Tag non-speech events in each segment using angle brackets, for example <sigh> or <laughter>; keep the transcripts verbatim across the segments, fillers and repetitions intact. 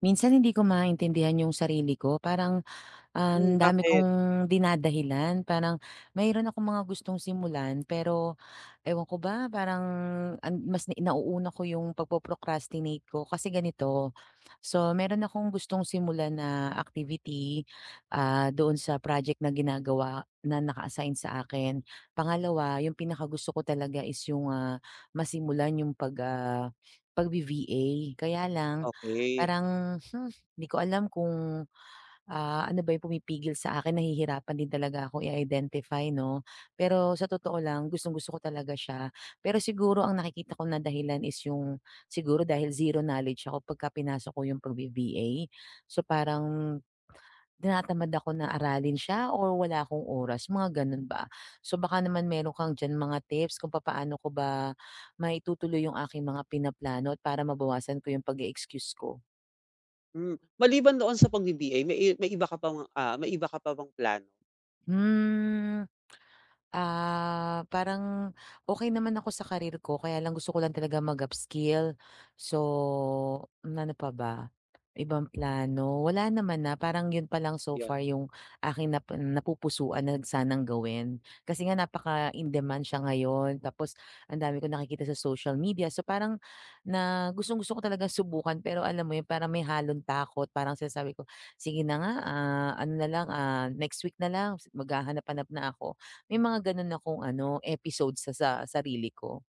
Minsan hindi ko maintindihan yung sarili ko, parang Hmm, ang dami bakit? kong dinadahilan, parang mayroon akong mga gustong simulan pero ewan ko ba, parang an mas ni nauuna ko yung pagpo-procrastinate ko kasi ganito. So meron akong gustong simulan na activity, ah, doon sa project na ginagawa na naka-assign sa akin. Pangalawa, yung pinakagusto ko talaga is yung, ah, masimulan yung pag, ah, pagve-V A. Kaya lang Okey. parang, hmm, 'di ko alam kung. Ah, ano ba yung pumipigil sa akin, nahihirapan din talaga ako i-identify 'no. Pero sa totoo lang, gustong-gusto ko talaga siya. Pero siguro ang nakikita ko na dahilan is yung siguro dahil zero knowledge ako pagka pinasok ko yung pagbe-V A. So parang tinatamad ako na aralin siya, or wala akong oras, mga gano'n ba. So baka naman meron kang diyan mga tips kung papaano ko ba maitutuloy yung aking mga pinaplano at para mabawasan ko yung pag-e-excuse ko. Hmm, maliban doon sa pag-B B A may i may iba ka pang, ah, may iba ka pa bang plano? Hmm. Ah, parang okay naman ako sa karir ko, kaya lang gusto ko lang talaga mag-upskill. So, mm, ano pa ba, ibang plano, wala naman na. Parang yun pa lang so 'Yun. far yung aking nap napupusuan na sanang gawin. Kasi nga napaka-in-demand siya ngayon, tapos ang dami kong nakikita sa social media. So parang na gustong-gusto ko talaga subukan, pero alam mo yun, parang may halong takot. Parang sinasabi ko, "Sige na nga, ah, ano na lang, ah, next week na lang maghahanap-hanap na ako." May mga gano'n akong ano, episode sa sa sarili ko.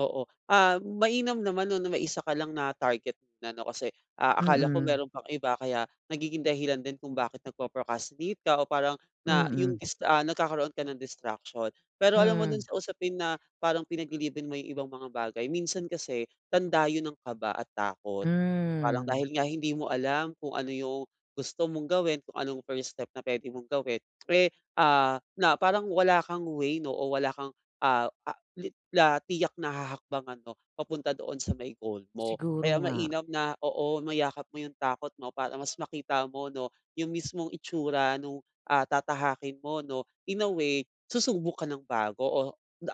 Oo. Ah, mainam naman 'no na may isa ka lang na target na 'no kasi, ah, akala ko Mm, meron pang iba kaya nagiging dahilan din kung bakit nagpo-procrastinate ka o parang na yung mm. dis ah, nagkakaroon ka ng distraction. Pero alam mo dun Hmm, sa usapin na parang pinaglilibin mo yung ibang mga bagay, minsan kasi tanda yun ng kaba at takot. So, parang hmm, dahil nga hindi mo alam kung ano yung gusto mong gawin, kung anong first step na puwede mong gawin, eh, ah, na parang wala kang way 'no o wala kang, ah, Li la tiyak na hahakbang ano, papunta doon sa may goal mo. siguro Kaya nga. mainam na oo, mayakap mo yung takot mo para mas makita mo 'no, yung mismong itsura nung, ah, tatahakin mo 'no. In a way, susubok ka ng bago o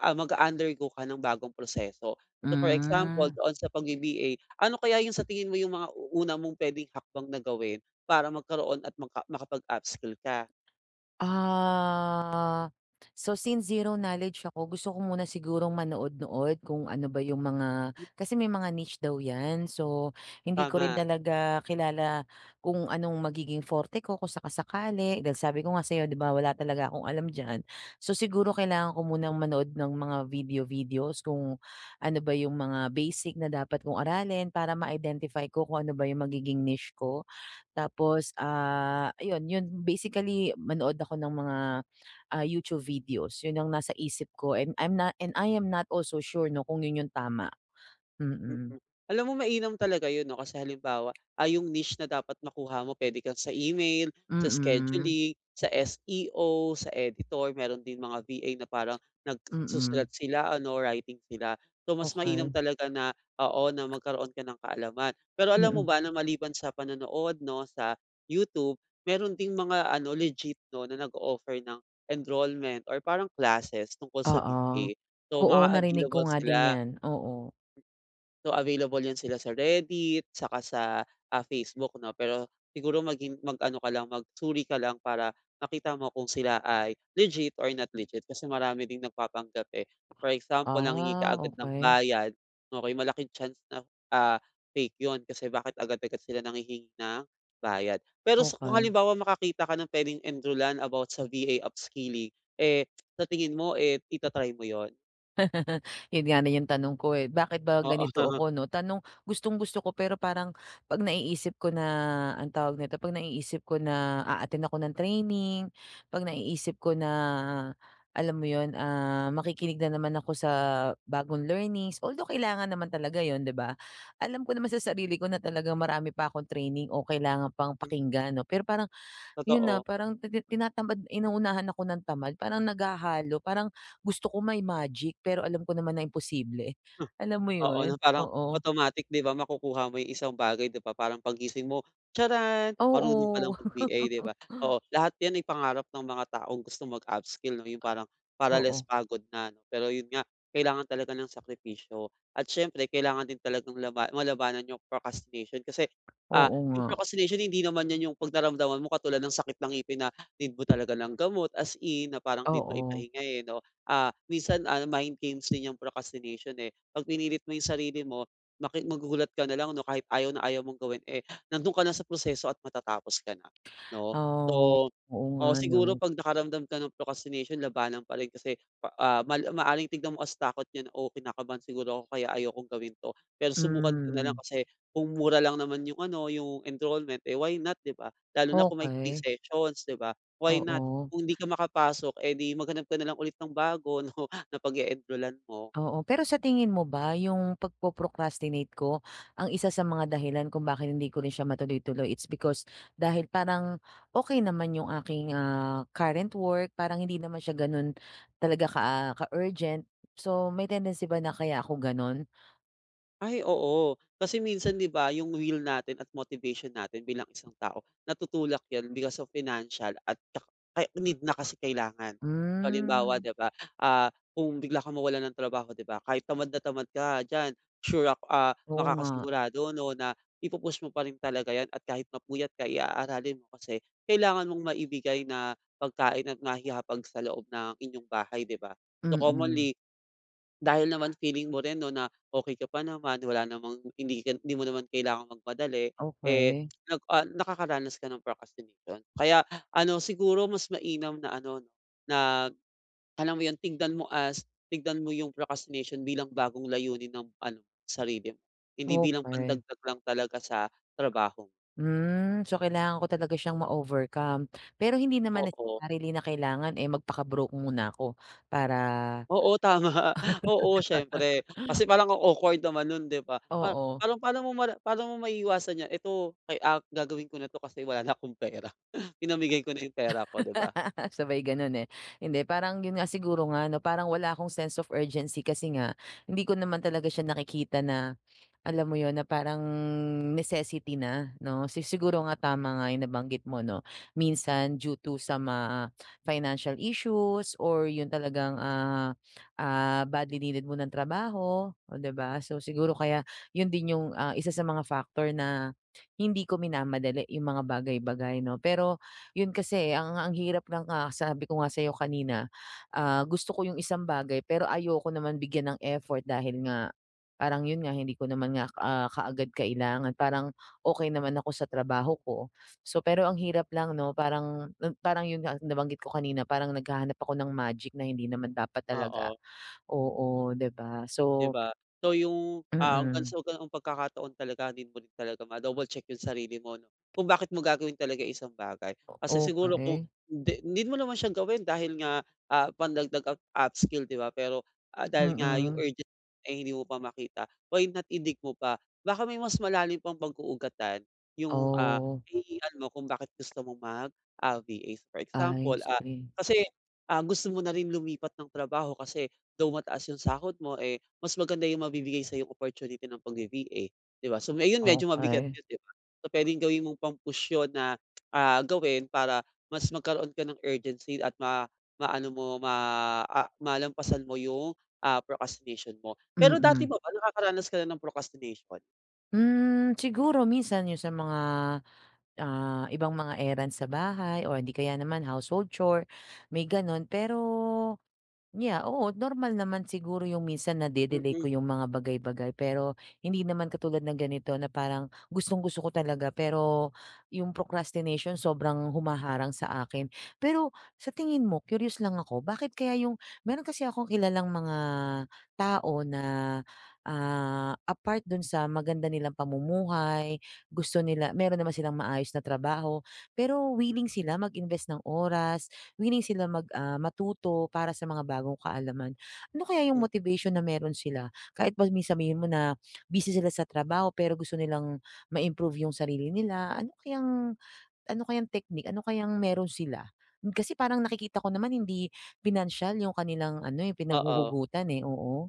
ah, mag undergo ka ng bagong proseso. So, for example, Hmm. doon sa pagbi-B A, ano kaya yung sa tingin mo yung mga una mong puwedeng hakbang na gawin para magkaroon at magka makapag-upskill ka? Ah, so since zero knowledge ako, gusto ko muna sigurong manood-nood kung ano ba yung mga, kasi may mga niche daw 'yan. So hindi ko rin Tama. talaga kilala kung anong magiging forte ko kung sakasakali. Dahil sabi ko nga sa'yo 'di ba, wala talaga akong alam diyan. So siguro kailangan ko munang manood ng mga video-videos, kung ano ba yung mga basic na dapat kong aralin para ma-identify ko kung ano ba yung magiging niche ko. Tapos, ah, ayun, yun basically manood ako ng mga, ah, YouTube videos, yun ang nasa isip ko, and I'm not and I am not also sure 'no kung yun yung tama. Mm, Mm. Alam mo mainam talaga yun 'no, kasi halimbawa, ay yung niche na dapat makuha mo puwede kang sa email, sa mm, scheduling, sa S E O, sa editor, meron din mga V A na parang mm, nagsusulat sila ano, writing sila. So mas mainam okey, talaga na oo, na magkaroon ka ng kaalaman. Pero mm, alam mo mm, ba na maliban sa panonood 'no, sa YouTube, meron ding mga ano, legit 'no, na nag offer ng enrollment or parang classes tungkol sa oo. V A. So Oo, mga narinig ko available nga din sila. yan, oo. So, available 'yan sila sa Reddit saka sa, ah, Facebook 'no, pero siguro maging mag-ano ka lang, magsuri ka lang para makita mo kung sila ay legit or not legit kasi marami ding nagpapanggap, eh. For example, nanghingi ka Ah, agad ng Okay, bayad, okey malaking chance na, ah, fake 'yun kasi bakit agad-agad sila nanghihingi ng bayad. Pero sa kung okay. halimbawa makakita ka ng puwedeng enrollan about sa V A upskilling, eh, sa tingin mo, eh, itatry mo yon. Yun nga na yung tanong ko, eh, bakit ba Oo, ganito ako <laughs> 'no? Tanong, gustong-gusto ko pero parang 'pag naiisip ko na anong tawag nito, 'pag naiisip ko na a-attend ako ng training, 'pag naiisip ko na, alam mo yun, ah, makikinig na naman ako sa bagong learnings, although kailangan naman talaga yun 'di ba? Alam ko naman sa sarili ko na talagang marami pa akong training o kailangan pang pakinggan 'no, pero parang yun, na totoo. parang titi tinatamad, inuunahan ako ng tamad, parang naghahalo, parang gusto ko may magic pero alam ko naman na imposible. Alam mo Oo, yun? na parang Oo. automatic 'di ba makukuha mo yung isang bagay 'di ba parang paggising mo, "Tiyaran! Marunong ka lang Oo. mag-V A" 'di ba? Oo, lahat yan ay pangarap ng mga taong gustong mag-upskill 'no, yung <laughs> parang para less Oo. pagod na 'no. Pero yun nga, kailangan talaga ng sakripisyo at siyempre kailangan din talagang laba malabanan yung procrastination kasi, ah, Oo yung nga. procrastination hindi naman yan yung 'pag naramdaman mo katulad ng sakit ng ngipin na need mo talaga ng gamot as in na parang need mo Oo. ipahinga, eh, 'no. Ah, minsan, ah, mind games din yung procrastination, eh. 'Pag pinilit mo 'yung sarili mo, maki magugulat ka na lang 'no, kahit ayaw na ayaw mong gawin, eh, nando'n ka na sa proseso at matatapos ka na 'no. Oh, So, oo nga o siguro 'no. 'pag nakaramdam ka ng procrastination labanan pa rin kasi pa ah, mal maaaring tignan mo as takot niya o "Oh, kinakabahan siguro ako kaya ayokong gawin 'to." Pero subukan ko na lang Hmm, kasi kung mura lang naman 'yung ano, 'yung enrollment, eh, why not, 'di ba? Lalo na kung may free okey. sessions, 'di ba? Why not? Oo. Kung hindi ka makapasok, eh, 'di maghanap ka na lang ulit ng bago <laughs> 'no, na pag enrollan mo. Oo, pero sa tingin mo ba yung pagpo-procrastinate ko, ang isa sa mga dahilan kung bakit hindi ko rin siya matuloy-tuloy, it's because dahil parang okay naman yung aking, ah, current work, parang hindi naman siya gano'n talaga ka ka-urgent. So, may tendency ba na kaya ako gano'n? Ay oo, kasi minsan 'di ba yung will natin at motivation natin bilang isang tao natutulak yan because of financial at tsaka ay need na kasi kailangan. So halimbawa Hmm, 'di ba, ah, kung bigla kang mawalan ng trabaho 'di ba kahit tamad na tamad ka diyan sure ako, ah, oo nga. makakasigurado 'no na ipu mo pa rin talaga yan at kahit mapuyat ka i-aaralin mo kasi kailangan mong maibigay na pagkain at maihahapag sa loob ng inyong bahay 'di ba. So Mm, commonly dahil naman feeling mo rin 'no, na okey ka pa naman, wala namang hindi ka hindi mo naman kailangang magmadali, eh, okay, nag ah, nakakaranas ka ng procrastination. Kaya ano, siguro mas mainam na ano 'no, na alam mo yun, tignan mo as tignan mo yung procrastination bilang bagong layunin ng ano, sarili mo. Hindi bilang okay. pandagdag lang talaga sa trabaho. Mo. Hmm, so kailangan ko talaga siyang ma-overcome. Pero hindi naman Oo. necessarily na kailangan, eh, magpaka-broke muna ako para. Oo, tama. <laughs> Oo, siyempre. Kasi parang ang awkward naman nun, 'di ba? Pa Oo, Parang paano mo mala paano mo maiiwasan 'yan, "Ito kay ah, gagawin ko na 'to kasi wala na akong pera. <laughs> Pinamigay ko na yung pera ko," 'di ba? <laughs> sabay gano'n, eh. Hindi, parang 'yun nga siguro nga 'no, parang wala akong sense of urgency kasi nga hindi ko naman talaga siya nakikita na, alam mo 'yun, na parang necessity na 'no. Si siguro nga tama nga 'yung nabanggit mo 'no, minsan due to sa mga financial issues or 'yun talagang, ah, ah, badly needed mo ng trabaho, o 'di ba? So siguro kaya 'yun din 'yung, ah, isa sa mga factor na hindi ko minamadali 'yung mga bagay-bagay 'no. Pero yun kasi eh, ang ang hirap, nga nga sabi ko nga sa'yo kanina, ah, gusto ko yung isang bagay pero ayoko naman bigyan ng effort, dahil nga parang yun nga hindi ko naman nga, ah, kaagad kailangan. Parang okay naman ako sa trabaho ko. So pero ang hirap lang 'no, parang parang yun nga nabanggit ko kanina, parang naghahanap ako ng magic na hindi naman dapat talaga. Oo. Oo, 'di ba? 'Di So ba? So yung, ah, hanggang mm. sa ganoong pagkakataon talaga din mo rin talaga ma-double check yung sarili mo 'no, kung bakit mo gagawin talaga isang bagay. Kasi siguro Okey. kung hindi hindi mo naman siya gawin dahil nga, ah, pandagdag up upskill 'di ba, pero, ah, dahil nga yung Mm. urgent ay hindi mo pa makita, why not idig mo pa? Baka may mas malalim pang pag-uugatan yung, ah, Oh, hinihingan mo kung bakit gusto mong mag, ah, V A. For I example, ah, see. kasi, ah, gusto mo na rin lumipat ng trabaho kasi though mataas yung sahod mo, eh mas maganda yung mabibigay sa yung opportunity ng pagve-V A, 'di ba? So, ayun medyo mabigat Okey. yun, 'di ba? So, puwedeng gawin mong pang-push yun na, ah, gawin para mas magkaroon ka ng urgency at ma maano mo, ma ah, malampasan mo yung, ah, procrastination mo. Pero dati Mm. ba ba nakakaranas ka na ng procrastination? Hmm, siguro minsan yung sa mga, ah, ibang mga errands sa bahay o hindi kaya naman household chore, may gano'n. Pero yeah, oo, normal naman siguro yung minsan na delay ko Mm, yung mga bagay-bagay, pero hindi naman katulad ng ganito na parang gustong-gusto ko talaga, pero yung procrastination sobrang humaharang sa akin. Pero sa tingin mo, curious lang ako, bakit kaya yung, meron kasi akong kilalang mga tao na, ah, apart dun sa maganda nilang pamumuhay, gusto nila, meron naman silang maayos na trabaho, pero willing sila mag-invest ng oras, willing sila mag, ah, matuto para sa mga bagong kaalaman. Ano kaya yung hmm, motivation na meron sila? Kahit pa mi sabihin mo na busy sila sa trabaho pero gusto nilang ma-improve yung sarili nila, ano kayang ano kayang technique, ano kayang meron sila? Kasi parang nakikita ko naman hindi pinansyal yung kanilang ano, yung oo. pinaghuhugutan, eh, oo.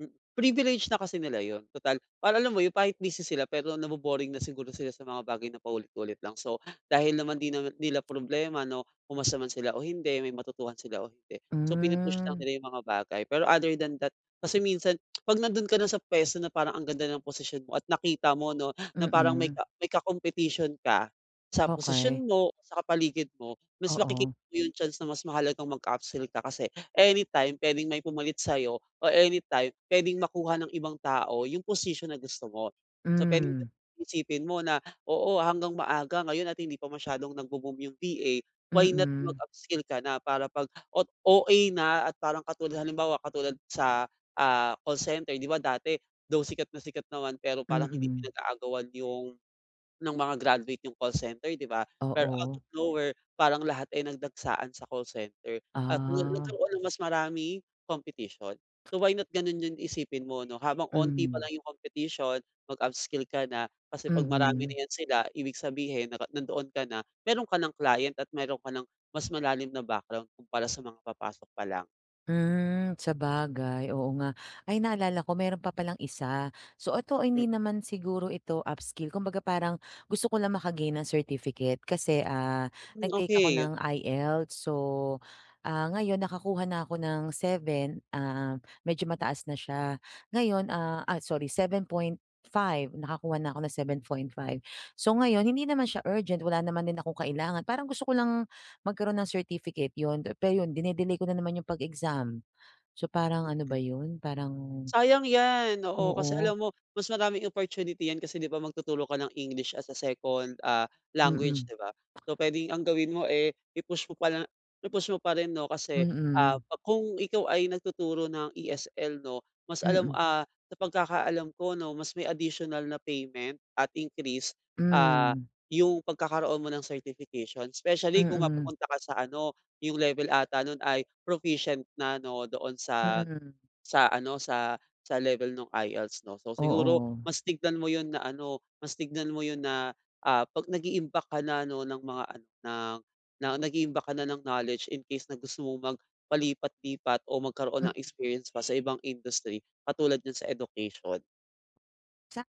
Hmm, privilege na kasi nila yun total para alam mo yung kahit busy sila pero nabo-boring na siguro sila sa mga bagay na paulit-ulit lang. So, dahil naman 'di naman nila problema 'no, pumasaman sila o hindi, may matutuhan sila o hindi. So, pinu-push lang Hmm, nila yung mga bagay. Pero other than that, kasi minsan 'pag nandun ka na sa puwesto na parang ang ganda ng posisyon mo at nakita mo 'no, na parang may mm. ka may ka-competition ka sa Okay, posisyon mo, sa kapaligid mo, mas makikita oo. mo yung chance na mas mahalagang mag-upsell ka kasi anytime puwedeng may pumalit sa'yo o anytime puwedeng makuha ng ibang tao yung position na gusto mo. So, puwedeng Hmm, isipin mo na, oo, hanggang maaga ngayon at hindi pa masyadong nagbo-boom yung V A, why not na mm, mag-upskill ka na para 'pag ot O A na at parang katulad halimbawa katulad sa, ah, call center 'di ba dati, though sikat na sikat naman pero parang hindi mm. pinag-aagawan yung ng mga graduate yung call center, 'di ba? Pero out Oo, of nowhere, parang lahat ay nagdagsaan sa call center at na ah, nagkaroon ng mas maraming competition. So, why not ganun yun isipin mo 'no, habang onti pa hmm, lang yung competition, mag-upskill ka na kasi 'pag marami mhm. na yan sila, ibig sabihin naka nandoon ka na, meron ka ng client at meron ka ng mas malalim na background kumpara sa mga papasok pa lang. Hmm, sabagay, oo nga. Ay, naalala ko meron pa palang isa. So ito hindi naman siguro ito upskill, kumbaga parang gusto ko lang maka ng certificate kasi, ah, Mm, nag-take ako okey. ng IELTS. So, ah, ngayon nakakuha na ako ng seven ah, medyo mataas na siya. Ngayon, ah, ah, sorry, seven point five, nakakuha na ako ng seven point five. So ngayon hindi naman siya urgent, wala naman din akong kailangan, parang gusto ko lang magkaroon ng certificate yun, pero yun dine ko na naman yung pag-exam. So parang ano Mm. ba yun, parang. Sayang 'yan, oo. Kasi Oo, alam mo mas maraming opportunity 'yan kasi 'di ba magtuturo ka ng English as a second, ah, language, mm, 'di ba? So puwedeng ang gawin mo, eh, i-push mo pala i-push mo pa rin 'no kasi, ah, mm, pag- kung ikaw ay nagtuturo ng E S L 'no, mas alam mm, ah, sa pagkakaalam ko 'no, mas may additional na payment at increase, ah, mm, yung pagkakaroon mo ng certification. Especially kung hmm, mapupunta ka sa ano, yung level ata no'n ay proficient na 'no, doon sa mm, sa ano, sa sa level ng IELTS 'no. So siguro oo. mas tignan mo 'yun na ano, mas tignan mo 'yun na, ah, 'pag nag-iimbak ka na 'no ng mga ano, ng na nag-iimbak ka na ng knowledge in case na gusto mong magpalipat-lipat o magkaroon ng experience pa sa ibang industry katulad niyan sa education. Sa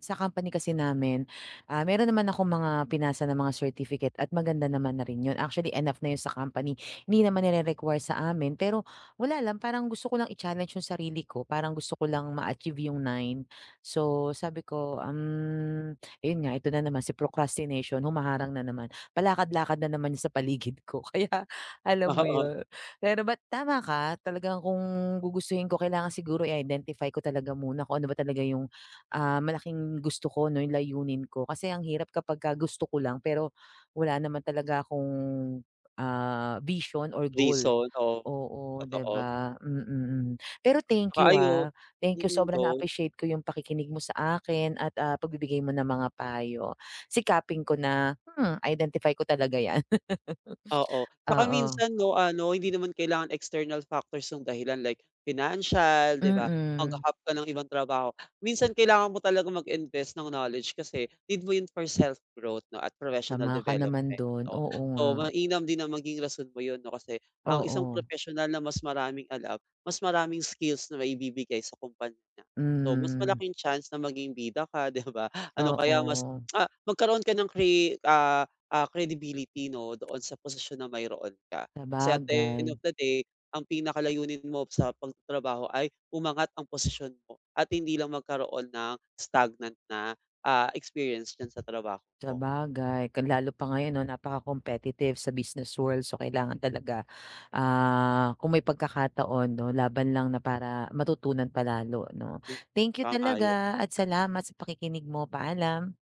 sa company kasi namin, ah, meron naman akong mga pinasa na mga certificate at maganda naman na rin 'yun. Actually enough na 'yun sa company. Hindi naman nire-require sa amin, pero wala lang, parang gusto ko lang i-challenge 'yung sarili ko, parang gusto ko lang ma-achieve 'yung nine. So sabi ko, um, ayun nga, ito na naman si procrastination humaharang na naman. Palakad-lakad na naman 'yun sa paligid ko <laughs> kaya <laughs> alam mo Oo, 'yun. Pero but tama ka, talagang kung gugustuhin ko kailangan siguro i-identify ko talaga muna kung ano ba talaga 'yung, ah, malaking gusto ko 'no, yung layunin ko. Kasi ang hirap kapagka gusto ko lang pero wala naman talaga akong, ah, vision or goal. reason, oo, Oo, 'di totoo. ba? Mm, mm. Mm. Pero thank Tsaka you, ayun ha. Thank you, mm, sobrang go. na-appreciate ko yung pakikinig mo sa akin at, ah, pagbibigay mo ng mga payo. Sikapin ko na, hmm, identify ko talaga 'yan. Oo, <laughs> tsaka Oo, minsan 'no, ano, hindi naman kailangan external factors yung dahilan like financial, 'di ba? mm. Magha-hop ka ng ibang trabaho. Minsan kailangan mo talaga mag-invest ng knowledge kasi need mo yun for self-growth 'no at professional Tama ka naman development, dun, oo. oo nga. So, mainam din na maging rason mo yun 'no kasi ang isang Oo, professional na mas maraming alam, mas maraming skills na maibibigay sa kumpanya niya. So, mas mm. malaking chance na maging bida ka, <laughs> 'di ba? Ano kaya mas Oo, ah, magkaroon ka ng crea ah ah, credibility 'no, doon sa posisyon na mayroon ka. Kasi at the sabagay. end of the day, ang pinakalayunin mo sa pagtatrabaho ay umangat ang posisyon mo at hindi lang magkaroon ng stagnant na, ah, experience dyan sa trabaho mo. Sabagay, ka lalo pa ngayon 'no, napaka-competitive sa business world. So kailangan talaga, ah, kung may pagkakataon 'no, laban lang na para matutunan pa lalo 'no. Hmm, Thank you tama 'yon. talaga at salamat sa pakikinig mo. Paalam.